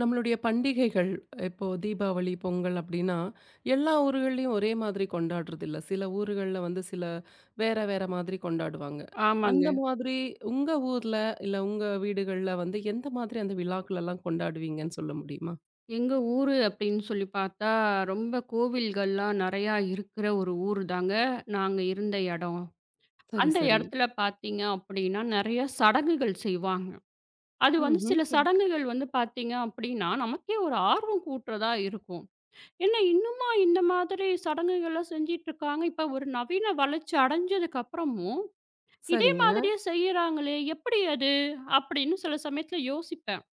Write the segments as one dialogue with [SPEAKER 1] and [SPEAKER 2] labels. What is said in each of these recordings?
[SPEAKER 1] நம்மளுடைய பண்டிகைகள் இப்போ தீபாவளி பொங்கல் அப்படின்னா எல்லா ஊர்கள்லையும் ஒரே மாதிரி கொண்டாடுறது இல்ல. சில ஊர்கள்ல வந்து சில வேற வேற மாதிரி கொண்டாடுவாங்க.
[SPEAKER 2] ஆமாங்க.
[SPEAKER 1] அந்த மாதிரி உங்க ஊர்ல இல்ல உங்க வீடுகள்ல வந்து எந்த மாதிரி அந்த விழாக்கள் எல்லாம் கொண்டாடுவீங்கன்னு சொல்ல முடியுமா?
[SPEAKER 2] எங்க ஊரு அப்படின்னு சொல்லி பார்த்தா, ரொம்ப கோவில்கள்லாம் நெறையா இருக்கிற ஒரு ஊரு தாங்க நாங்க இருந்த எடம்.
[SPEAKER 1] சரி,
[SPEAKER 2] அந்த
[SPEAKER 1] சரி.
[SPEAKER 2] எடத்துல பார்த்தீங்க அப்படின்னா, நெறைய சடங்குகள் செய்வாங்க. அது வந்து
[SPEAKER 1] ம்ஹ்ம்.
[SPEAKER 2] சில சடங்குகள் வந்து பார்த்தீங்க அப்படின்னா, நமக்கே ஒரு ஆர்வம் கூட்டுறதா இருக்கும். என்ன இன்னுமா இந்த மாதிரி சடங்குகள்லாம் செஞ்சுட்டுருக்காங்க? இப்ப ஒரு நவீன வளர்ச்சி அடைஞ்சதுக்கப்புறமும், இதே
[SPEAKER 1] சரிங்க.
[SPEAKER 2] மாதிரியே செய்யறாங்களே எப்படி அது? அப்படின்னு சில சமயத்துல யோசிப்பேன்.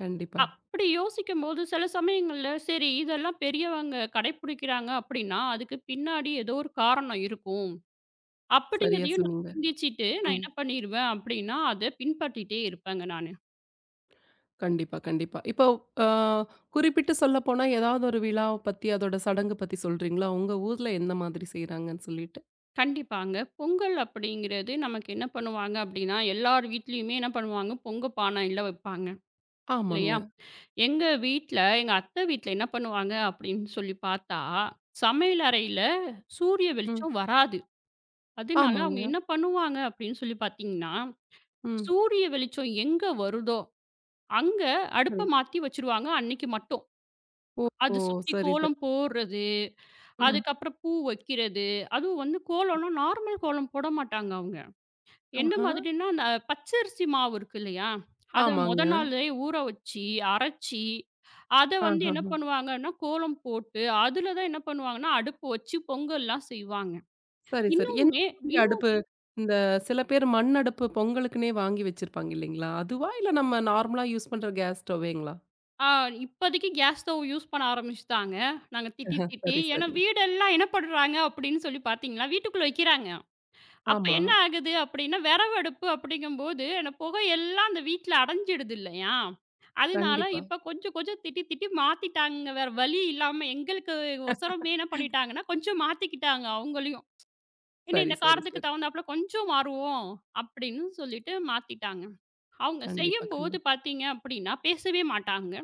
[SPEAKER 1] கண்டிப்பா.
[SPEAKER 2] அப்படி யோசிக்கும்போது சில சமயங்கள்ல, சரி இதெல்லாம் பெரியவங்க கடைப்பிடிக்கிறாங்க அப்படின்னா, அதுக்கு பின்னாடி ஏதோ ஒரு காரணம் இருக்கும்.
[SPEAKER 1] சரியா
[SPEAKER 2] அப்படிங்கிறதையும் நான்
[SPEAKER 1] சொன்னீங்க.
[SPEAKER 2] சிந்திச்சுட்டு, நான்
[SPEAKER 1] ம்.
[SPEAKER 2] என்ன பண்ணிருவேன் அப்படின்னா, அத பின்பற்றிட்டே இருப்பேங்க நானு.
[SPEAKER 1] கண்டிப்பா, கண்டிப்பா. இப்போ அ குறிப்பிட்டு சொல்லப்போனா ஏதாவது ஒரு விழாவ பத்தி அதோட சடங்கு பத்தி சொல்றீங்களா? உங்க ஊர்ல என்ன மாதிரி செய்றாங்கன்னு சொல்லிட்டு?
[SPEAKER 2] கண்டிப்பாங்க. பொங்கல் அப்படிங்கிறது நமக்கு என்ன பண்ணுவாங்க அப்படின்னா, எல்லார் வீட்லயுமே என்ன பண்ணுவாங்க, பொங்க பானையில வைப்பாங்க. இல்லையா?
[SPEAKER 1] ஆமாங்க.
[SPEAKER 2] எங்க வீட்ல, எங்க அத்தை வீட்ல என்ன பண்ணுவாங்க அப்படின்னு சொல்லி பார்த்தா, சமையல் அறையில சூரிய
[SPEAKER 1] ம்.
[SPEAKER 2] வெளிச்சம் வராது. அதனால அவங்க
[SPEAKER 1] ஆமாங்க.
[SPEAKER 2] என்ன பண்ணுவாங்க அப்படின்னு சொல்லி பார்த்தீங்கன்னா
[SPEAKER 1] ம்.
[SPEAKER 2] சூரிய வெளிச்சம் எங்க வருதோ, அங்க அடுப்ப
[SPEAKER 1] சரி.
[SPEAKER 2] மாத்தி வச்சுருவாங்க அன்னைக்கு மட்டும்.
[SPEAKER 1] ஓஹோ!
[SPEAKER 2] அது சுத்தி
[SPEAKER 1] சரி, சரி.
[SPEAKER 2] கோலம் போடுறது,
[SPEAKER 1] ம்.
[SPEAKER 2] அதுக்கப்புறம் பூ வைக்கிறது. அதுவும் வந்து கோலம்லாம் நார்மல் கோலம் போட மாட்டாங்க அவங்க. எந்த
[SPEAKER 1] ஆஹா.
[SPEAKER 2] மாதிரின்னா, அந்த பச்சரிசி மாவு இருக்கு இல்லையா? அத மொத
[SPEAKER 1] ஆமாங்க.
[SPEAKER 2] நாளே ஊற வச்சு, அரைச்சி, அத வந்து என்ன
[SPEAKER 1] ஆஹஹ.
[SPEAKER 2] பண்ணுவாங்கன்னா, கோலம் போட்டு, அதுல தான் என்ன பண்ணுவாங்கன்னா, அடுப்பு வச்சு பொங்கல்லாம் செய்வாங்க.
[SPEAKER 1] சரி, சரி. என்ன
[SPEAKER 2] இன்னுமே
[SPEAKER 1] மாதிரி அடுப்பு? இந்த சில பேர் மண் அடுப்பு பொங்கலுக்குன்னே வாங்கி வச்சிருப்பாங்க இல்லைங்களா? அதுவா? இல்ல நம்ம நார்மலா யூஸ் பண்ற கேஸ் ஸ்டவ்வேங்களா?
[SPEAKER 2] ஆ இப்போதைக்கு கேஸ் ஸ்டவ் யூஸ் பண்ண ஆரம்பிச்சுட்டாங்க. நாங்க திட்டி, திட்டி.
[SPEAKER 1] சரி,
[SPEAKER 2] ஏன்னா
[SPEAKER 1] சரி.
[SPEAKER 2] வீடெல்லாம் என்ன பண்றாங்க அப்படின்னு சொல்லி பார்த்தீங்கன்னா, வீட்டுக்குள்ள வைக்கிறாங்க. அப்ப
[SPEAKER 1] ஆமா.
[SPEAKER 2] என்ன ஆகுது அப்படின்னா, விறகு அடுப்பு அப்படிங்கும்போது, அந்த புகையெல்லாம் அந்த வீட்ல அடைஞ்சிடுது இல்லையா? அதனால
[SPEAKER 1] கண்டிப்பா.
[SPEAKER 2] இப்ப கொஞ்சம், கொஞ்சம் திட்டி, திட்டி மாத்திட்டாங்கங்க. வேற வழி இல்லாம எங்களுக்கு ஒசரமே என்ன பண்ணிட்டாங்கன்னா, கொஞ்சம் மாத்திக்கிட்டாங்க அவங்களையும். ஏன்னா
[SPEAKER 1] சரி,
[SPEAKER 2] இந்த
[SPEAKER 1] சரி,
[SPEAKER 2] காரத்துக்கு
[SPEAKER 1] சரி.
[SPEAKER 2] தகுந்தாப்புல கொஞ்சம் மாறுவோம் அப்படின்னு சொல்லிட்டு மாத்திட்டாங்க. அவங்க
[SPEAKER 1] கண்டிப்பா,
[SPEAKER 2] செய்யும்போது
[SPEAKER 1] கண்டிப்பா.
[SPEAKER 2] பார்த்தீங்க அப்படின்னா, பேசவே மாட்டாங்க.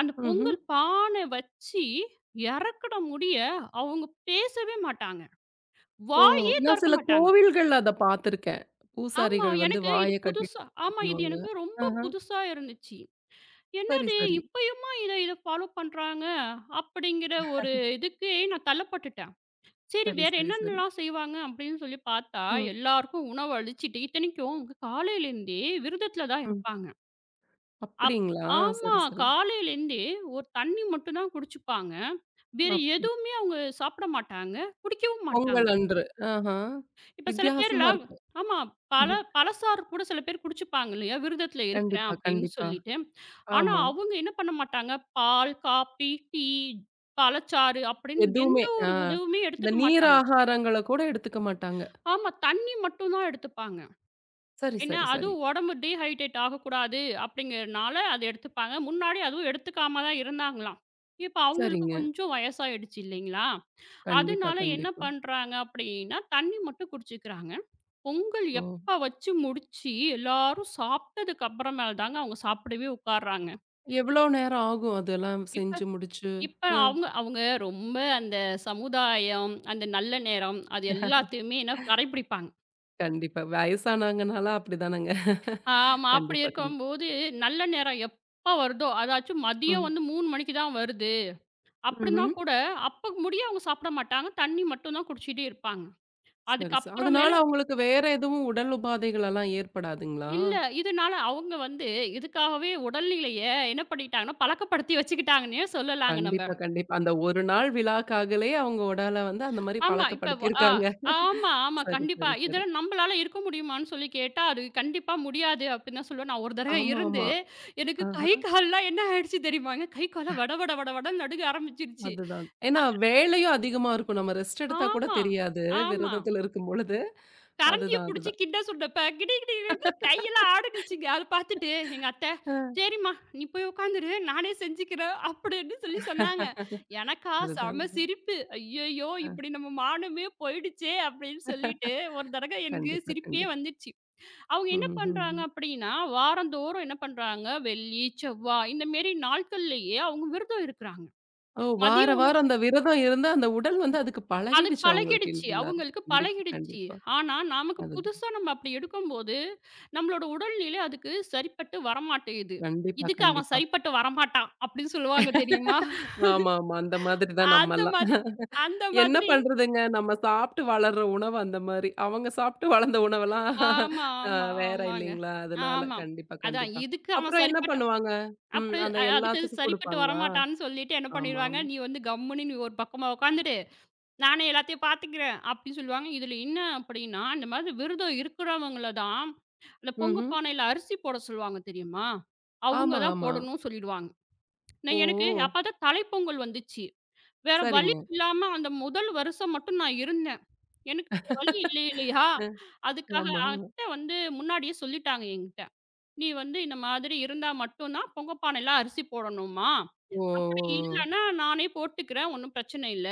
[SPEAKER 2] அந்த
[SPEAKER 1] ம்ஹ்ம்.
[SPEAKER 2] பொங்கல் பானை வச்சு இறக்குன முடிய அவங்க பேசவே மாட்டாங்க.
[SPEAKER 1] ஓ!
[SPEAKER 2] வாயே
[SPEAKER 1] நான்
[SPEAKER 2] தொறக்க
[SPEAKER 1] சில
[SPEAKER 2] மாட்டாங்க.
[SPEAKER 1] கோவில்கள்ல அத பார்த்துருக்கேன்.
[SPEAKER 2] ஆமா.
[SPEAKER 1] பூசாரிகள் வந்து
[SPEAKER 2] எனக்கு
[SPEAKER 1] வாய
[SPEAKER 2] இது
[SPEAKER 1] கட்டிட்டு
[SPEAKER 2] புதுசா ஆமா. இது
[SPEAKER 1] பண்ணுவாங்க.
[SPEAKER 2] எனக்கு ரொம்ப
[SPEAKER 1] ஆஹா.
[SPEAKER 2] புதுசா இருந்துச்சு.
[SPEAKER 1] சரி,
[SPEAKER 2] என்னது
[SPEAKER 1] சரி.
[SPEAKER 2] இப்பயுமா இத இத ஃபாலோ பண்றாங்க அப்படிங்கிற ஒரு இதுக்கே நான் தள்ளப்பட்டுட்டேன். சரி
[SPEAKER 1] சரி,
[SPEAKER 2] வேற
[SPEAKER 1] சரி, சரி.
[SPEAKER 2] என்னென்னலாம் செய்வாங்க அப்படின்னு சொல்லி பார்த்தா,
[SPEAKER 1] ம்,
[SPEAKER 2] எல்லாருக்கும் உணவு அளிச்சுட்டு இத்தனைக்கும் அவங்க காலையிலேருந்தே விரதத்தில தான்
[SPEAKER 1] ம்.
[SPEAKER 2] இருப்பாங்க. அப்
[SPEAKER 1] அப்படிங்களா?
[SPEAKER 2] ஆமா.
[SPEAKER 1] சரி, சரி.
[SPEAKER 2] காலையிலேருந்தே ஒரு தண்ணி மட்டும் தான் குடிச்சுப்பாங்க. வேற
[SPEAKER 1] அப்
[SPEAKER 2] எதுவுமே அவங்க சாப்பிட மாட்டாங்க. குடிக்கவும் மாட்டாங்க.
[SPEAKER 1] பொங்கல் அன்று. ஆஹா.
[SPEAKER 2] இப்ப சில
[SPEAKER 1] வித்தியாசமா
[SPEAKER 2] பேர்லாம்
[SPEAKER 1] இருக்கு.
[SPEAKER 2] ஆமா. பழ பழச்சாறு கூட சில பேர் குடிச்சுப்பாங்க இல்லையா? விரதத்துல இருக்கிறேன்
[SPEAKER 1] கண்டிப்பா,
[SPEAKER 2] அப்படின்னு
[SPEAKER 1] கண்டிப்பா.
[SPEAKER 2] சொல்லிட்டு. ஆனா,
[SPEAKER 1] ஆமா.
[SPEAKER 2] அவங்க என்ன பண்ண மாட்டாங்க. பால், காப்பி, டீ, பழச்சாறு அப்படின்னு
[SPEAKER 1] எதுவுமே
[SPEAKER 2] எந்த
[SPEAKER 1] ஆ
[SPEAKER 2] ஒரு உணவுமே
[SPEAKER 1] இந்த
[SPEAKER 2] எடுத்துக்க
[SPEAKER 1] நீர்
[SPEAKER 2] மாட்டாங்க.
[SPEAKER 1] ஆகாரங்கள கூட எடுத்துக்க மாட்டாங்க.
[SPEAKER 2] ஆமா. தண்ணி மட்டும் தான் எடுத்துப்பாங்க.
[SPEAKER 1] சரி,
[SPEAKER 2] என்ன
[SPEAKER 1] சரி, சரி.
[SPEAKER 2] அதுவும் உடம்பு டீஹைட்ரேட் ஆகக்கூடாது அப்படிங்கிறனால அது எடுத்துப்பாங்க. முன்னாடி அதுவும் எடுத்துக்காம தான் இருந்தாங்களாம். இப்ப அவங்களுக்கு
[SPEAKER 1] சரிங்க.
[SPEAKER 2] கொஞ்சம் வயசாயிடுச்சு இல்லைங்களா?
[SPEAKER 1] கண்டிப்பா,
[SPEAKER 2] அதனால என்ன
[SPEAKER 1] கண்டிப்பா.
[SPEAKER 2] பண்றாங்க அப்படின்னா, தண்ணி மட்டும் குடிச்சுக்கிறாங்க. பொங்கல்
[SPEAKER 1] ஓ!
[SPEAKER 2] எப்ப வச்சு முடிச்சு எல்லாரும் சாப்பிட்டதுக்கு அப்புறமேல தாங்க அவங்க சாப்பிடவே உட்கார்றாங்க.
[SPEAKER 1] எவ்வளோ நேரம் ஆகும் அதெல்லாம்
[SPEAKER 2] இப்ப
[SPEAKER 1] செஞ்சு முடிச்சு?
[SPEAKER 2] இப்ப
[SPEAKER 1] அ.
[SPEAKER 2] அவங்க அவங்க ரொம்ப அந்த சமுதாயம், அந்த நல்ல நேரம் அது எல்லாத்தையுமே என்ன கடைபிடிப்பாங்க.
[SPEAKER 1] கண்டிப்பா. வயசானாங்கனால அப்படிதானங்க.
[SPEAKER 2] ஆமா. அப்படி
[SPEAKER 1] கண்டிப்பா, கண்டிப்பா.
[SPEAKER 2] இருக்கும்போது, நல்ல நேரம் எப்ப வருதோ, அதாச்சும் மதியம்
[SPEAKER 1] ம்.
[SPEAKER 2] வந்து 3 மணிக்கு தான் வருது. அப்படின்னா
[SPEAKER 1] ம்ஹ்ம்.
[SPEAKER 2] கூட, அப்ப முடிய அவங்க சாப்பிட மாட்டாங்க. தண்ணி மட்டும் தான் குடிச்சிட்டே இருப்பாங்க.
[SPEAKER 1] சரி, சரி. அதனால
[SPEAKER 2] அதுக்கப்புறமேல
[SPEAKER 1] அவங்களுக்கு வேற எதுவும் உடல் உபாதைகள் எல்லாம் ஏற்படாதுங்களா?
[SPEAKER 2] இல்ல. இதனால அவங்க வந்து இதுக்காகவே உடல்நிலைய என்ன பண்ணிட்டாங்கன்னா, பழக்கப்படுத்தி வச்சுக்கிட்டாங்கன்னே சொல்லலாங்க நம்ப.
[SPEAKER 1] கண்டிப்பா, கண்டிப்பா. அந்த ஒரு நாள் விழாக்காகலே அவங்க உடால வந்து அந்த மாரி
[SPEAKER 2] ஆமா. இப்ப வ ஆ
[SPEAKER 1] பழக்கப்படுத்தியிருக்காங்க.
[SPEAKER 2] ஆமா, ஆமா.
[SPEAKER 1] சரி,
[SPEAKER 2] கண்டிப்பா.
[SPEAKER 1] சரி, சரி.
[SPEAKER 2] இதெல்லாம் நம்பளால இருக்க முடியுமான்னு சொல்லி கேட்டா, அது கண்டிப்பா முடியாது அப்படின்னு தான் சொல்லுவேன். நான் ஒரு தடவ
[SPEAKER 1] ஆமா,
[SPEAKER 2] இருந்து,
[SPEAKER 1] ஆமா.
[SPEAKER 2] எனக்கு கை,
[SPEAKER 1] ஆஹா.
[SPEAKER 2] கால்லாம் என்ன ஆயிடுச்சு தெரியுமாங்க? கை, கால்லாம் வட வட வட வடன்னு நடுங்க ஆரம்பிச்சுருச்சு.
[SPEAKER 1] அதுதான். ஏன்னா வேலையும் அதிகமா இருக்கும். நம்ம ரெஸ்ட் எடுத்தா கூட
[SPEAKER 2] ஆமா,
[SPEAKER 1] தெரியாது.
[SPEAKER 2] ஆமா.
[SPEAKER 1] விரதத்துல இருக்கும்பொழுது.
[SPEAKER 2] கரண்டிய
[SPEAKER 1] அதுதான்,
[SPEAKER 2] புடிச்சு
[SPEAKER 1] அதுதான்.
[SPEAKER 2] கிண்ட சொன்னப்ப கிடு கிடு கிடுன்னு கையெல்லாம் ஆடுனுச்சுங்க. அத பார்த்துட்டு எங்க அத்தை,
[SPEAKER 1] அ
[SPEAKER 2] "சரிம்மா நீ போய் உட்காந்துரு. நானே செஞ்சுக்கிறேன்" அப்படின்னு சொல்லி சொன்னாங்க. எனக்கா
[SPEAKER 1] அதுதான்.
[SPEAKER 2] செம சிரிப்பு. ஐயய்யோ!
[SPEAKER 1] அ
[SPEAKER 2] இப்படி நம்ம மானமே போயிடுச்சே அப்படின்னு சொல்லிட்டு ஒரு தடவை எனக்கு
[SPEAKER 1] கண்டிப்பா,
[SPEAKER 2] சிரிப்பே
[SPEAKER 1] கண்டிப்பா.
[SPEAKER 2] வந்துச்சு. அவங்க
[SPEAKER 1] ம்,
[SPEAKER 2] என்ன
[SPEAKER 1] ம்,
[SPEAKER 2] பண்றாங்க
[SPEAKER 1] ம்.
[SPEAKER 2] அப்படின்னா, வாரந்தோறும் என்ன பண்றாங்க, வெள்ளி, செவ்வா இந்த மாரி நாட்கள்லயே அவங்க விரதம் இருக்குறாங்க.
[SPEAKER 1] ஓ!
[SPEAKER 2] மதிய
[SPEAKER 1] வார
[SPEAKER 2] உணவு
[SPEAKER 1] வாரம் அந்த விரதம் இருந்தா அந்த உடல் வந்து அதுக்கு
[SPEAKER 2] அது
[SPEAKER 1] பழகிடுச்சு அவங்களுக்கு
[SPEAKER 2] பழகிடுச்சு.
[SPEAKER 1] இல்லைங்களா?
[SPEAKER 2] அவங்களுக்கு
[SPEAKER 1] கண்டிப்பா,
[SPEAKER 2] பழகிடுச்சு.
[SPEAKER 1] கண்டிப்பா.
[SPEAKER 2] ஆனா, நமக்கு
[SPEAKER 1] அதுதான்.
[SPEAKER 2] புதுசா நம்ம அப்படி எடுக்கும்போது, நம்மளோட உடல்நிலை அதுக்கு சரிப்பட்டு வரமாட்டேங்குது.
[SPEAKER 1] கண்டிப்பா,
[SPEAKER 2] "இதுக்கு அவன்
[SPEAKER 1] கண்டிப்பா.
[SPEAKER 2] சரிப்பட்டு வரமாட்டான்" அப்படின்னு சொல்லுவாங்க தெரியுமா?
[SPEAKER 1] ஆமா, ஆமா. அந்த மாதிரி தான்
[SPEAKER 2] அந்த
[SPEAKER 1] நம்மல்லாம்.
[SPEAKER 2] மாதிரி அந்த
[SPEAKER 1] என்ன
[SPEAKER 2] மாதிரி
[SPEAKER 1] பண்றதுங்க? நம்ம சாப்பிட்டு வளர்ற உணவு அந்த மாரி. அவங்க சாப்பிட்டு வளர்ந்த உணவெல்லாம்
[SPEAKER 2] ஆமா,
[SPEAKER 1] அ
[SPEAKER 2] ஆமா,
[SPEAKER 1] வேற
[SPEAKER 2] ஆமாங்க.
[SPEAKER 1] இல்லைங்களா? அதனால
[SPEAKER 2] ஆமா.
[SPEAKER 1] கண்டிப்பா,
[SPEAKER 2] அதான்
[SPEAKER 1] கண்டிப்பா.
[SPEAKER 2] இதுக்கு அவன்
[SPEAKER 1] அப்புறம் என்ன
[SPEAKER 2] சரிப்பட்டான்
[SPEAKER 1] பண்ணுவாங்க? ம்.
[SPEAKER 2] அப்படி
[SPEAKER 1] அந்த
[SPEAKER 2] அதுக்கு அது
[SPEAKER 1] எல்லாத்துக்கும்
[SPEAKER 2] சரிப்பட்டு
[SPEAKER 1] குடுப்பாங்களா?
[SPEAKER 2] வரமாட்டான்னு சொல்லிட்டு என்ன பண்ணிருவாங்க,
[SPEAKER 1] ஆமாமா.
[SPEAKER 2] "நீ வந்து கம்முனு நீ ஒரு பக்கமா உட்காந்துடு. நானே எல்லாத்தையும் பார்த்துக்கிறேன்" அப்படின்னு சொல்லுவாங்க. இதுல என்ன அப்படின்னா, இந்த மாதிரி விரதம் இருக்கிறவங்கள தான் இந்த பொங்க
[SPEAKER 1] ம்ஹ்ம்.
[SPEAKER 2] பானையில அரிசி போட சொல்லுவாங்க தெரியுமா? அவங்க
[SPEAKER 1] ஆமா,
[SPEAKER 2] தான்
[SPEAKER 1] ஆமா.
[SPEAKER 2] போடணும்னு சொல்லிடுவாங்க.
[SPEAKER 1] ஓ!
[SPEAKER 2] நான் எனக்கு அப்பதான் தலைப்பொங்கல் வந்துச்சு. வேற வழி
[SPEAKER 1] சரிங்க.
[SPEAKER 2] இல்லாம அந்த முதல் வருஷம் மட்டும் நான் இருந்தேன். எனக்கு வேற வழி இல்லை இல்லையா? அதுக்காக
[SPEAKER 1] ஆமா, ஆமா.
[SPEAKER 2] அத்தை வந்து முன்னாடியே சொல்லிட்டாங்க என்கிட்ட. "நீ வந்து இந்த மாதிரி இருந்தா மட்டும் தான் பொங்க பானையில அரிசி போடணும்மா.
[SPEAKER 1] ஓ!
[SPEAKER 2] அப்படி இல்லன்னா நானே போட்டுக்கிறேன். ஒண்ணும் பிரச்சனை இல்ல."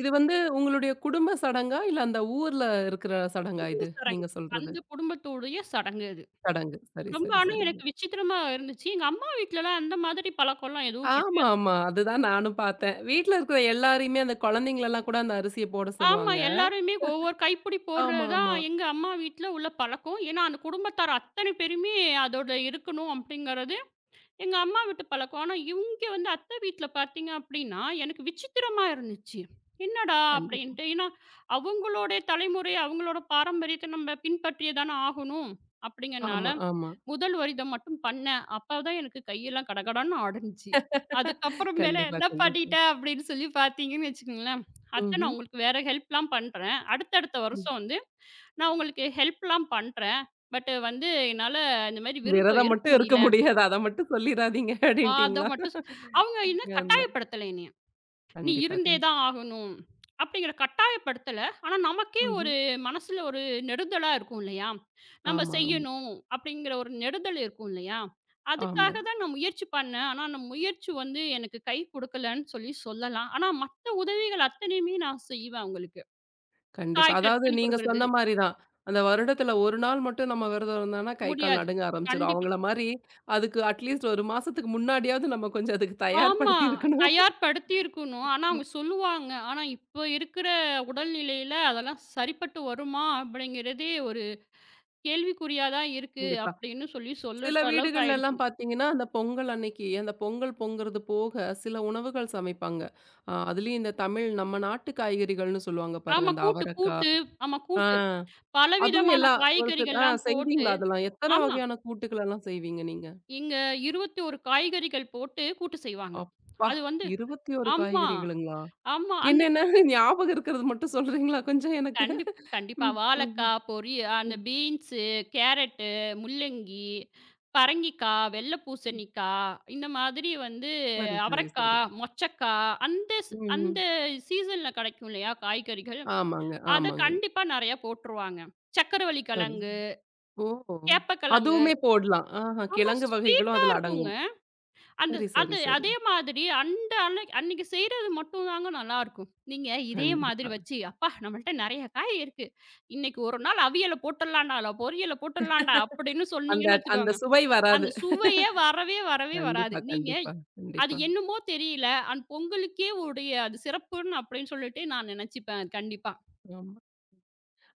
[SPEAKER 1] இது வந்து உங்களுடைய குடும்ப சடங்கா? இல்ல அந்த ஊர்ல இருக்கிற சடங்கா
[SPEAKER 2] குடும்ப
[SPEAKER 1] இது?
[SPEAKER 2] சடங்கு.
[SPEAKER 1] நீங்க சொல்றது.
[SPEAKER 2] அந்த குடும்பத்துடைய சடங்கு அது.
[SPEAKER 1] சடங்கு. சரி,
[SPEAKER 2] ரொம்ப
[SPEAKER 1] சரி,
[SPEAKER 2] ஆனா
[SPEAKER 1] சரி.
[SPEAKER 2] எனக்கு விசித்திரமா இருந்துச்சு. எங்க அம்மா வீட்லலாம் அந்த மாதிரி பழக்கம்லாம் எதுவும்
[SPEAKER 1] ஆமாமா. அதுதான் நானும் பார்த்தேன். வீட்ல இருக்கிற எல்லாரையுமே அந்த குழந்தைங்களலாம் கூட அந்த அரிசிய போட
[SPEAKER 2] ஆமா.
[SPEAKER 1] சொல்லுவாங்க.
[SPEAKER 2] எல்லாருமே ஒவ்வொரு கைப்பிடி போடுறது தான்
[SPEAKER 1] ஆமாமா.
[SPEAKER 2] எங்க அம்மா வீட்ல உள்ள பழக்கம். ஏன்னா, அந்த குடும்பத்தார் அத்தனை பேருமே அதோட இருக்கணும் அப்படிங்கிறது எங்க அம்மா வீட்டு பழக்கம். ஆனா, இங்க வந்து அத்தை வீட்ல பார்த்தீங்க அப்படின்னா, எனக்கு விசித்திரமா இருந்துச்சு. என்னடா
[SPEAKER 1] கண்டிப்பா.
[SPEAKER 2] அப்படின்ட்டு. ஏன்னா, அவங்களுடைய தலைமுறை, அவங்களோட பாரம்பரியத்தை நம்ம பின்பற்றியே தானே ஆகணும்
[SPEAKER 1] ஆமா,
[SPEAKER 2] அப்படிங்கிறனால,
[SPEAKER 1] ஆமா.
[SPEAKER 2] முதல் வருடம் மட்டும் பண்ணேன். அப்பதான் எனக்கு கையெல்லாம் கடகடன்னு ஆடுனுச்சு. அதுக்கப்புறம் மேல
[SPEAKER 1] கண்டிப்பா,
[SPEAKER 2] என்ன
[SPEAKER 1] கண்டிப்பா.
[SPEAKER 2] பண்ணிட்டேன் அப்படின்னு சொல்லி பார்த்தீங்கன்னு வச்சுக்கோங்களேன், அத்த நான்
[SPEAKER 1] ம்ஹ்ம்.
[SPEAKER 2] உங்களுக்கு வேற ஹெல்ப்லாம் பண்றேன். அடுத்தடுத்த
[SPEAKER 1] ம்.
[SPEAKER 2] வருஷம் வந்து நான் உங்களுக்கு ஹெல்ப்லாம் பண்றேன். பட் வந்து என்னால இந்த மாரி விருதம்
[SPEAKER 1] "விரதம்
[SPEAKER 2] இருக்க
[SPEAKER 1] மட்டும் இருக்க
[SPEAKER 2] முடியல.
[SPEAKER 1] முடியாது. அத மட்டும் சொல்லிறாதீங்க"
[SPEAKER 2] அ அத
[SPEAKER 1] அப்படின்ட்டீங்களா?
[SPEAKER 2] மட்டும் சொ- அவங்க இன்னும்
[SPEAKER 1] அதான்.
[SPEAKER 2] கட்டாயப்படுத்தல என்னைய. நீ
[SPEAKER 1] கண்டிப்பா,
[SPEAKER 2] இருந்தே
[SPEAKER 1] கண்டிப்பா.
[SPEAKER 2] தான் ஆகணும். அப்படிங்கிற கட்டாயப்படுத்தல. ஆனா நமக்கே
[SPEAKER 1] ம்ஹ்ம்.
[SPEAKER 2] ஒரு மனசுல ஒரு நெடுதலா இருக்கும் இல்லையா? நம்ம
[SPEAKER 1] ஆமா, ஆமா,
[SPEAKER 2] செய்யணும் அப்படிங்கிற ஒரு நெடுதல் இருக்கும் இல்லையா?
[SPEAKER 1] ஆமா.
[SPEAKER 2] அதுக்காக தான் நான் முயற்சி பண்ணேன். ஆனா அந்த முயற்சி வந்து எனக்கு கை குடுக்கலன்னு சொல்லி சொல்லலாம். ஆனா மத்த உதவிகள் அத்தனையுமே நான் செய்வேன் அவங்களுக்கு.
[SPEAKER 1] கண்டிப்பா.
[SPEAKER 2] காய் கட்
[SPEAKER 1] அதாவது
[SPEAKER 2] பண்ணி
[SPEAKER 1] நீங்க
[SPEAKER 2] குடுக்குறது
[SPEAKER 1] சொன்ன மாரி தான். அந்த வருடத்துல 1 நாள் மட்டும் நம்ம விரதம் இருந்தோம்னா, கை, கால்
[SPEAKER 2] முடியாது.
[SPEAKER 1] நடுங்க ஆரம்பிச்சுரும்.
[SPEAKER 2] கண்டிப்பா.
[SPEAKER 1] அவங்கள மாரி அதுக்கு அட்லீஸ்ட் 1 மாசத்துக்கு முன்னாடியாவது நம்ம கொஞ்சம் அதுக்கு
[SPEAKER 2] ஆமா.
[SPEAKER 1] தயார்படுத்தி இருக்கணும்.
[SPEAKER 2] தயார்படுத்தி இருக்கணும். ஆனா அவங்க சொல்லுவாங்க. ஆனா இப்ப இருக்கிற உடல்நிலையில அதெல்லாம் சரிப்பட்டு வருமா? அப்படிங்கிறதே கேள்விக்குறியா தான் இருக்கு
[SPEAKER 1] கண்டிப்பா.
[SPEAKER 2] அப்படின்னு சொல்லி சொல்லற
[SPEAKER 1] சில
[SPEAKER 2] அளவுக்கு
[SPEAKER 1] வீடுகள்லலாம்
[SPEAKER 2] ஆயிடுச்சு.
[SPEAKER 1] பார்த்தீங்கன்னா, அந்த பொங்கல் அன்னைக்கு அந்த பொங்கல் பொங்குறது போக சில உணவுகள் சமைப்பாங்க. அதுலயும் இந்த தமிழ் நம்ம நாட்டு காய்கறிகள்னு சொல்லுவாங்க பாருங்க.
[SPEAKER 2] ஆமா
[SPEAKER 1] அந்த
[SPEAKER 2] கூட்டு,
[SPEAKER 1] அவரக்கா
[SPEAKER 2] கூட்டு. ஆமா
[SPEAKER 1] ஆ
[SPEAKER 2] கூட்டு.
[SPEAKER 1] அதுவும்
[SPEAKER 2] பலவிதமான
[SPEAKER 1] எல்லா ஒரு சில
[SPEAKER 2] காய்கறிகள்லாம் போட்டு
[SPEAKER 1] செய்வீங்களா அதெல்லாம்? எத்தன
[SPEAKER 2] ஆமா.
[SPEAKER 1] வகையான கூட்டுகளெல்லாம் செய்வீங்க நீங்க?
[SPEAKER 2] இங்க 21 காய்கறிகள் போட்டு கூட்டு செய்வாங்க.
[SPEAKER 1] அப்பா!
[SPEAKER 2] அது வந்து
[SPEAKER 1] 21
[SPEAKER 2] ஆமா,
[SPEAKER 1] காய்கறிகளுங்களா?
[SPEAKER 2] ஆமா. அந்த
[SPEAKER 1] என்னென்ன ஞாபகம் இருக்கிறது மட்டும் சொல்றீங்களா கொஞ்சம் எனக்கு?
[SPEAKER 2] கண்டிப்பா.
[SPEAKER 1] ம், ம்,
[SPEAKER 2] வாழைக்கா,
[SPEAKER 1] ம்.
[SPEAKER 2] பொரி அந்த
[SPEAKER 1] ம்.
[SPEAKER 2] பீன்ஸு, கேரட்டு, முள்ளங்கி, பரங்கிக்கா, வெள்ள பூசணிக்கா, இந்த மாதிரி வந்து
[SPEAKER 1] சரி, சரி,
[SPEAKER 2] அவரக்கா,
[SPEAKER 1] சரி.
[SPEAKER 2] மொச்சக்கா அந்த
[SPEAKER 1] ம்,
[SPEAKER 2] அந்த
[SPEAKER 1] ம்.
[SPEAKER 2] சீசன்ல கிடைக்கும் இல்லையா காய்கறிகள்?
[SPEAKER 1] ஆமாங்க,
[SPEAKER 2] அத
[SPEAKER 1] ஆமாங்க.
[SPEAKER 2] கண்டிப்பா நெறையா போட்டுருவாங்க. சக்கரவள்ளி
[SPEAKER 1] சரி.
[SPEAKER 2] கிழங்கு,
[SPEAKER 1] ஓ!
[SPEAKER 2] சேப்பக்கிழங்கு.
[SPEAKER 1] அதுவுமே போடலாம். ஆஹா,
[SPEAKER 2] ஆமா
[SPEAKER 1] கிழங்கு வகைகளும்
[SPEAKER 2] ஸ்வீட்டா
[SPEAKER 1] அதுல
[SPEAKER 2] இருக்குங்க.
[SPEAKER 1] அடங்கும்.
[SPEAKER 2] அந்த
[SPEAKER 1] சரி, சரி,
[SPEAKER 2] அது
[SPEAKER 1] சரி.
[SPEAKER 2] அதே மாதிரி அந்த அன்னைக்கு அன்னைக்கு செய்றது மட்டும் தாங்க நல்லாருக்கும். நீங்க இதே மாதிரி
[SPEAKER 1] கண்டிப்பா.
[SPEAKER 2] வச்சு, "அப்பா நம்மள்ட்ட நெறைய காய் இருக்கு. இன்னைக்கு ஒரு நாள் அவியல போட்டுடலான்டா, இல்ல பொரியல போட்டுடலான்டா" அப்படின்னு
[SPEAKER 1] அந்த
[SPEAKER 2] சொன்னீங்கன்னு
[SPEAKER 1] அந்த
[SPEAKER 2] வச்சுக்கோங்க,
[SPEAKER 1] சுவை வராது.
[SPEAKER 2] அந்த சுவையே வரவே வரவே வராது.
[SPEAKER 1] கண்டிப்பா,
[SPEAKER 2] நீங்க
[SPEAKER 1] கண்டிப்பா,
[SPEAKER 2] அது
[SPEAKER 1] கண்டிப்பா.
[SPEAKER 2] என்னமோ தெரியல, அந்த பொங்கலுக்கே உடைய அது சிறப்புன்னு அப்படின்னு சொல்லிட்டு நான் நெனச்சுப்பேன். அது கண்டிப்பா.
[SPEAKER 1] ஆமா.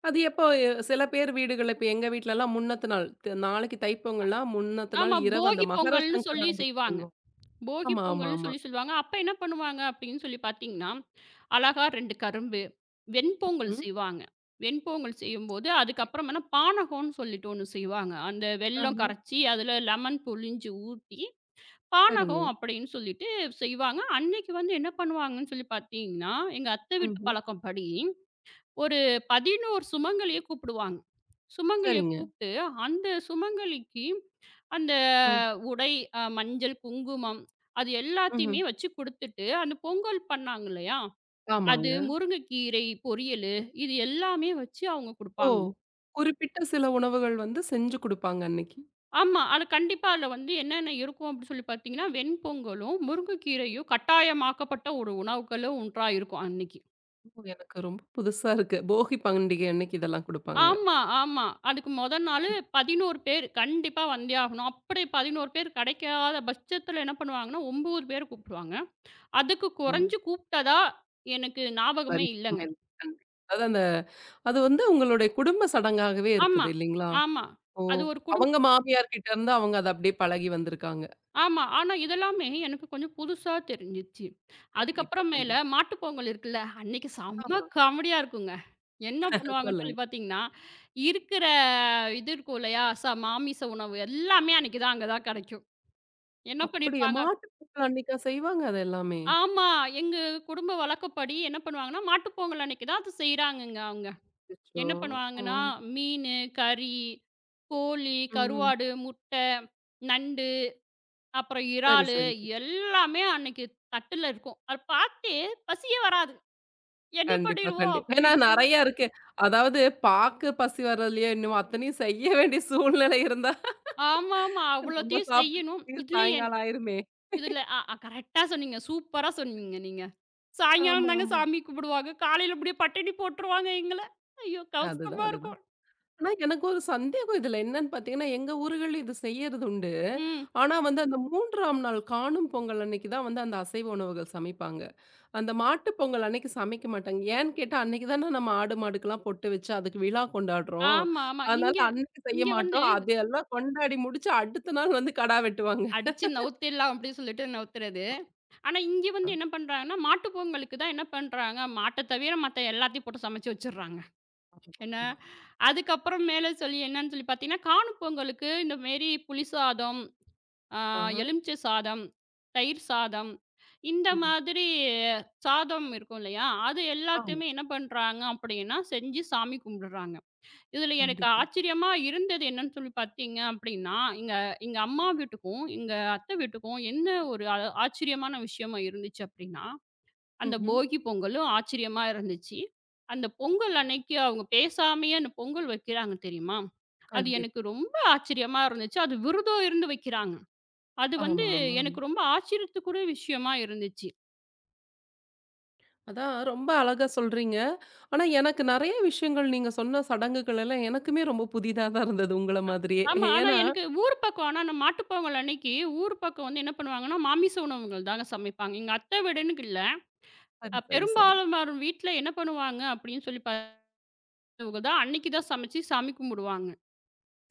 [SPEAKER 1] அது எப்போ எ சில பேர் வீடுகள்ல இப்ப எங்க வீட்லலாம் முன்னத்த நாள், நாளைக்கு தைப்பொங்கல்னா முன்னத்த நாள்
[SPEAKER 2] ஆமா,
[SPEAKER 1] இரவு அந்த
[SPEAKER 2] போகி
[SPEAKER 1] மகர
[SPEAKER 2] பொங்கல்னு சொல்லி
[SPEAKER 1] சங்கராந்திக்கு
[SPEAKER 2] செய்வாங்க.
[SPEAKER 1] செய்வோம்.
[SPEAKER 2] போகி
[SPEAKER 1] ஆமா, ஆமா,
[SPEAKER 2] பொங்கல்னு
[SPEAKER 1] ஆமா.
[SPEAKER 2] சொல்லி சொல்லுவாங்க. அப்ப என்ன பண்ணுவாங்க அப்படின்னு சொல்லி பார்த்தீங்கன்னா, அழகா 2 கரும்பு, வெண்பொங்கல்
[SPEAKER 1] ம்.
[SPEAKER 2] செய்வாங்க. வெண்பொங்கல் செய்யும்போது, அதுக்கப்புறமன்னா பானகம்ன்னு சொல்லிட்டு ஒண்ணு செய்வாங்க. அந்த வெல்லம்
[SPEAKER 1] ஆஹா,
[SPEAKER 2] கரைச்சி, அதுல லெமன் புழிஞ்சு ஊத்தி,
[SPEAKER 1] சரிங்க.
[SPEAKER 2] பானகம் அப்படின்னு சொல்லிட்டு செய்வாங்க. அன்னைக்கு வந்து என்ன பண்ணுவாங்கன்னு சொல்லி பார்த்தீங்கன்னா, எங்க அத்தை வீட்டு
[SPEAKER 1] ம்ஹ்ம்.
[SPEAKER 2] பழக்கம் படி, ஒரு 11 சுமங்கலிய கூப்பிடுவாங்க. சுமங்கலிய
[SPEAKER 1] சரிங்க.
[SPEAKER 2] கூப்பிட்டு, அந்த சுமங்கலிக்கு அந்த
[SPEAKER 1] ம்.
[SPEAKER 2] உடை, மஞ்சள், குங்குமம் அது
[SPEAKER 1] ம்ஹ்ம்.
[SPEAKER 2] எல்லாத்தையுமே வச்சு குடுத்துட்டு, அந்த பொங்கல் பண்ணாங்க இல்லையா? அது
[SPEAKER 1] ஆமாங்க.
[SPEAKER 2] முருங்கைக்கீரை பொரியலு, இது எல்லாமே வச்சு அவங்க
[SPEAKER 1] ஓ!
[SPEAKER 2] குடுப்பாங்க.
[SPEAKER 1] குறிப்பிட்ட சில உணவுகள் வந்து செஞ்சு குடுப்பாங்க அன்னைக்கு.
[SPEAKER 2] ஆமா. அது கண்டிப்பா அதுல வந்து என்னென்ன இருக்கும் அப்படின்னு சொல்லி பார்த்தீங்கன்னா, வெண்பொங்கலும், முருங்கைக்கீரையும் கட்டாயமாக்கப்பட்ட ஒரு உணவுகளும் ஒன்றா இருக்கும் அன்னைக்கு.
[SPEAKER 1] ஓ! எனக்கு ரொம்ப புதுசா இருக்கு. போகி பண்டிகை அன்னைக்கு இதெல்லாம் குடுப்பாங்க.
[SPEAKER 2] ஆமா, ஆமா. அதுக்கு மொத நாளு 11 பேர் கண்டிப்பா வந்தே ஆகணும். அப்படி 11 பேர் கிடைக்காத பட்சத்துல என்ன பண்ணுவாங்கன்னா, 9 பேர கூப்பிடுவாங்க. அதுக்கு
[SPEAKER 1] ம்.
[SPEAKER 2] குறைஞ்சு கூப்பிட்டதா எனக்கு
[SPEAKER 1] சரி.
[SPEAKER 2] ஞாபகமே இல்லங்க.
[SPEAKER 1] சமையல். கண்டிப்பா. அதான் அந்த அது வந்து உங்களுடைய குடும்ப சடங்காகவே
[SPEAKER 2] ஆமா,
[SPEAKER 1] இருக்குது இல்லைங்களா?
[SPEAKER 2] ஆமா.
[SPEAKER 1] ஓ!
[SPEAKER 2] அது ஒரு
[SPEAKER 1] அவங்க மாமியார் கிட்ட இருந்து அவங்க அத அப்படியே பழகி வந்திருக்காங்க.
[SPEAKER 2] ஆமா. ஆனா இதெல்லாமே எனக்கு கொஞ்சம் புதுசா தெரிஞ்சுச்சு.
[SPEAKER 1] கண்டிப்பா,
[SPEAKER 2] அதுக்கப்புறம் மேல
[SPEAKER 1] கண்டிப்பா.
[SPEAKER 2] மாட்டுப் பொங்கல் இருக்குல்ல, அன்னைக்கு செம்ம
[SPEAKER 1] ஆமா.
[SPEAKER 2] காமெடியா இருக்குங்க. என்ன பண்ணுவாங்கன்னு
[SPEAKER 1] சொல்லுங்க.
[SPEAKER 2] சொல்லி பார்த்தீங்கன்னா, இருக்கிற இது இருக்கும் இல்லையா, மாமிச உணவு எல்லாமே அன்னைக்கு தான் அங்க தான் கிடைக்கும். என்ன
[SPEAKER 1] அப்படியா?
[SPEAKER 2] பண்ணியிருப்பாங்க
[SPEAKER 1] மாட்டு பொங்கல் அன்னைக்கா செய்வாங்க அது எல்லாமே?
[SPEAKER 2] ஆமா. எங்க குடும்ப வழக்கப்படி என்ன பண்ணுவாங்கன்னா, மாட்டுப் பொங்கல் அன்னைக்கு தான் அது செய்றாங்கங்க அவங்க.
[SPEAKER 1] அச்சச்சோ!
[SPEAKER 2] என்ன
[SPEAKER 1] ஓ!
[SPEAKER 2] பண்ணுவாங்கன்னா, மீனு, கறி, கோழி,
[SPEAKER 1] ம்.
[SPEAKER 2] கருவாடு, முட்டை, நண்டு, அப்புறம்
[SPEAKER 1] சரி,
[SPEAKER 2] இறாலு
[SPEAKER 1] சரி. சரி.
[SPEAKER 2] எல்லாமே அன்னைக்கு தட்டுல இருக்கும். அத பாத்து பசியே வராது. என்ன
[SPEAKER 1] கண்டிப்பா,
[SPEAKER 2] பண்ணிடுவோம்
[SPEAKER 1] கண்டிப்பா. ஏன்னா
[SPEAKER 2] அப்படின்னு சொல்லி
[SPEAKER 1] நெறைய இருக்கு. அதாவது பாக்கு பசி வரலையோ என்னமோ அத்தனையும் செய்ய வேண்டிய சூழ்நிலை இருந்தா
[SPEAKER 2] ஆமாமா.
[SPEAKER 1] நம்ம
[SPEAKER 2] அவ்வளோத்தையும் செய்யணும்.
[SPEAKER 1] சாப்பிடுறதுக்கு
[SPEAKER 2] இதுலயே
[SPEAKER 1] சாயங்காலம் ஆயிருமே!
[SPEAKER 2] இதுல அ அ கரெக்ட்டா சொன்னீங்க. சூப்பரா சொன்னீங்க நீங்க.
[SPEAKER 1] ஆமா,
[SPEAKER 2] சாயங்காலம் தாங்க
[SPEAKER 1] ஆமா.
[SPEAKER 2] சாமி கும்பிடுவாங்க. காலையில அப்படியே பட்டினி போட்டுருவாங்க எங்கள. ஐயோ!
[SPEAKER 1] அதுதான்,
[SPEAKER 2] கஷ்டமா
[SPEAKER 1] அதுதான்.
[SPEAKER 2] இருக்கும்.
[SPEAKER 1] ஆனா எனக்கு ஒரு சந்தேகம் இதுல என்னன்னு பார்த்தீங்கன்னா, எங்க ஊர்கள்ல இது செய்யறது உண்டு.
[SPEAKER 2] ம்.
[SPEAKER 1] ஆனா வந்து அந்த 3ஆம் நாள் காணும் பொங்கல் அன்னைக்கு தான் வந்து அந்த அசைவ உணவுகள் சமைப்பாங்க. அந்த மாட்டு பொங்கல் அன்னைக்கு சமைக்க மாட்டாங்க. ஏன்னு கேட்டா, அன்னைக்கு தானே நம்ம ஆடு, மாடுக்கெல்லாம் பொட்டு வச்சு அதுக்கு விழா கொண்டாடுறோம்.
[SPEAKER 2] ஆமா, ஆமா.
[SPEAKER 1] அதனால
[SPEAKER 2] இங்க
[SPEAKER 1] அன்னைக்கு செய்ய
[SPEAKER 2] இங்க வந்து
[SPEAKER 1] மாட்டோம். அதெல்லாம் கொண்டாடி முடிச்சு அடுத்த நாள் வந்து கடா வெட்டுவாங்க.
[SPEAKER 2] அடிச்சு நவுத்திடலாம் அப்படின்னு சொல்லிட்டு நவுத்துறது. ஆனா, இங்க வந்து
[SPEAKER 1] அ
[SPEAKER 2] என்ன பண்றாங்கன்னா, மாட்டு பொங்கலுக்கு தான் என்ன பண்றாங்க, மாட்ட தவிர மத்த எல்லாத்தையும் போட்டு சமைச்சு வச்சுடுறாங்க.
[SPEAKER 1] ஆமா,
[SPEAKER 2] என்ன,
[SPEAKER 1] ஆமா.
[SPEAKER 2] அதுக்கப்புறம் மேல சொல்லி என்னன்னு சொல்லி பார்த்தீங்கன்னா, காணும் பொங்கலுக்கு இந்த மாரி புளி சாதம், ஆ
[SPEAKER 1] ஆஹ.
[SPEAKER 2] எலுமிச்சை சாதம், தயிர் சாதம், இந்த
[SPEAKER 1] ம்.
[SPEAKER 2] மாதிரி சாதம் இருக்கும் இல்லையா, அது
[SPEAKER 1] ஆமா.
[SPEAKER 2] எல்லாத்தையுமே என்ன பண்றாங்க அப்படின்னா, செஞ்சு சாமி கும்பிடுறாங்க. இதுல எனக்கு
[SPEAKER 1] கண்டிப்பா.
[SPEAKER 2] ஆச்சரியமா இருந்தது என்னன்னு சொல்லி பார்த்தீங்க அப்படின்னா, எங்க எங்க அம்மா வீட்டுக்கும், எங்க அத்தை வீட்டுக்கும் என்ன ஒரு ஆச்சரியமான விஷயமா இருந்துச்சு அப்படின்னா, அந்த
[SPEAKER 1] ம்ஹ்ம்.
[SPEAKER 2] போகி பொங்கலும் ஆச்சரியமா இருந்துச்சு. அந்த பொங்கல் அன்னைக்கு அவங்க பேசாமயே அந்த பொங்கல் வைக்கிறாங்க தெரியுமா? அது
[SPEAKER 1] கண்டிப்பா.
[SPEAKER 2] எனக்கு ரொம்ப ஆச்சரியமா இருந்துச்சு. அது விரதம் இருந்து வைக்கிறாங்க. அது வந்து
[SPEAKER 1] ஆமா, ஆமா.
[SPEAKER 2] எனக்கு ரொம்ப ஆச்சரியத்துக்குரிய விஷயமா இருந்துச்சு.
[SPEAKER 1] அதான் ரொம்ப அழகா சொல்றீங்க. ஆனா, எனக்கு நெறைய விஷயங்கள் நீங்க சொன்ன சடங்குகள் எல்லாம் எனக்குமே ரொம்ப புதிதா தான் இருந்தது உங்கள மாதிரியே.
[SPEAKER 2] ஆமா. ஆனா
[SPEAKER 1] ஏன்னா
[SPEAKER 2] எனக்கு ஊர் பக்கம் ஆனா அந்த மாட்டுப் பொங்கல் அன்னைக்கு ஊர் பக்கம் வந்து என்ன பண்ணுவாங்கன்னா, மாமிச உணவுகள் தாங்க சமைப்பாங்க. எங்க அத்தை வீடுன்னு இல்ல.
[SPEAKER 1] சரி, சரி, சரி.
[SPEAKER 2] பெரும்பாலானோர் வீட்ல என்ன பண்ணுவாங்க அப்படின்னு சொல்லி பார்த்தா அன்னைக்கு தான் சமைச்சு சாமி கும்பிடுவாங்க.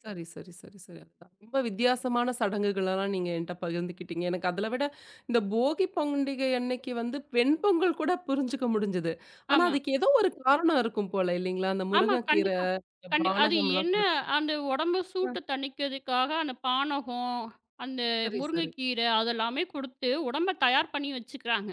[SPEAKER 1] சரி, சரி, சரி, சரி. அதுதான். ரொம்ப வித்தியாசமான சடங்குகளெல்லாம் நீங்க என்ட்ட பகிர்ந்துக்கிட்டீங்க. எனக்கு அதுல விட இந்த போகி பண்டிகை அன்னைக்கு வந்து வெண்பொங்கல் கூட புரிஞ்சுக்க முடிஞ்சது. ஆனா,
[SPEAKER 2] ஆமா.
[SPEAKER 1] அதுக்கு ஏதோ ஒரு காரணம் இருக்கும் போல இல்லைங்களா? அந்த
[SPEAKER 2] ஆமா.
[SPEAKER 1] முருங்கக்கீரை
[SPEAKER 2] கண்டிப்பா. அது
[SPEAKER 1] பானகம்லாம்
[SPEAKER 2] என்ன
[SPEAKER 1] குடுத்து.
[SPEAKER 2] அந்த உடம்பு சூட்ட தணிக்கிறதுக்காக அந்த பானகம், அந்த
[SPEAKER 1] சரி, சரி.
[SPEAKER 2] முருங்கைக்கீரை அதெல்லாமே குடுத்து உடம்ப தயார் பண்ணி வச்சுக்கிறாங்க.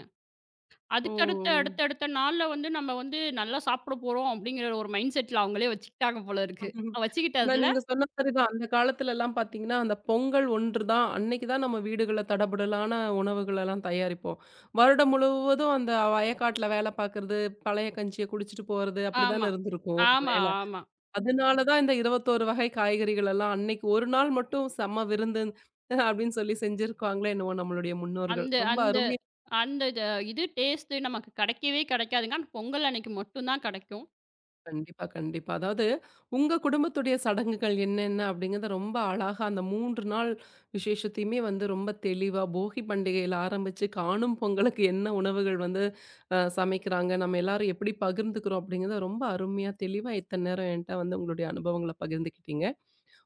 [SPEAKER 1] ஓ! ஓ!
[SPEAKER 2] அதுக்கடுத்த அடுத்தடுத்த நாள்ல வந்து நம்ம வந்து நல்லா சாப்பிட போறோம் அப்படிங்கிற ஒரு மைண்ட் செட்ல அவங்களே வச்சுக்கிட்டாங்க போல இருக்கு.
[SPEAKER 1] ம்ஹ்ம். ஆனா
[SPEAKER 2] வச்சுக்கிட்டதுல
[SPEAKER 1] நீங்க சொன்ன மாரிதான். அந்த காலத்துலலாம் பார்த்தீங்கன்னா, அந்த பொங்கல் ஒன்று தான். அன்னைக்கு தான் நம்ம வீடுகள்ல தடபுடலான உணவுகளெல்லாம் தயாரிப்போம். வருடம் முழுவதும் அந்த வயக்காட்டுல வேலை பார்க்கறது, பழைய கஞ்சிய குடிச்சிட்டு போறது அப்படிதானே
[SPEAKER 2] ஆமா.
[SPEAKER 1] இருந்திருக்கும் ஒரு
[SPEAKER 2] ஆமா,
[SPEAKER 1] வேலை.
[SPEAKER 2] ஆமா.
[SPEAKER 1] அதனால தான் இந்த 21 வகை காய்கறிகள் எல்லாம் அன்னைக்கு ஒரு நாள் மட்டும் செம்ம விருந்து அப்படின்னு சொல்லி செஞ்சிருக்காங்களோ என்னவோ நம்மளுடைய முன்னோர்கள்.
[SPEAKER 2] அந்த
[SPEAKER 1] ரொம்ப
[SPEAKER 2] அந்த
[SPEAKER 1] அருமையா
[SPEAKER 2] அந்த இது டேஸ்ட்டு நமக்கு கிடைக்கவே கிடைக்காதுங்க. ஆனா பொங்கல் அன்னைக்கு மட்டும் தான் கிடைக்கும்.
[SPEAKER 1] கண்டிப்பா, கண்டிப்பா. அதாவது உங்க குடும்பத்துடைய சடங்குகள் என்னென்ன அப்படிங்கிறத ரொம்ப அழகா அந்த 3 நாள் விசேஷத்தையுமே வந்து ரொம்ப தெளிவா போகி பண்டிகையில ஆரம்பிச்சு காணும் பொங்கலுக்கு என்ன உணவுகள் வந்து சமைக்கிறாங்க, நம்ம எல்லாரும் எப்படி பகிர்ந்துக்கிறோம் அப்படிங்கிறத ரொம்ப அருமையா தெளிவா இத்தனை நேரம் என்கிட்ட வந்து உங்களுடைய அனுபவங்கள பகிர்ந்துக்கிட்டீங்க.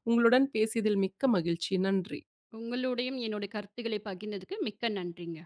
[SPEAKER 1] உங்களுடன் பேசியதில் மிக்க மகிழ்ச்சி. நன்றி.
[SPEAKER 2] உங்களுடையும் என்னுடைய கருத்துக்களை பகிர்ந்ததுக்கு மிக்க நன்றிங்க.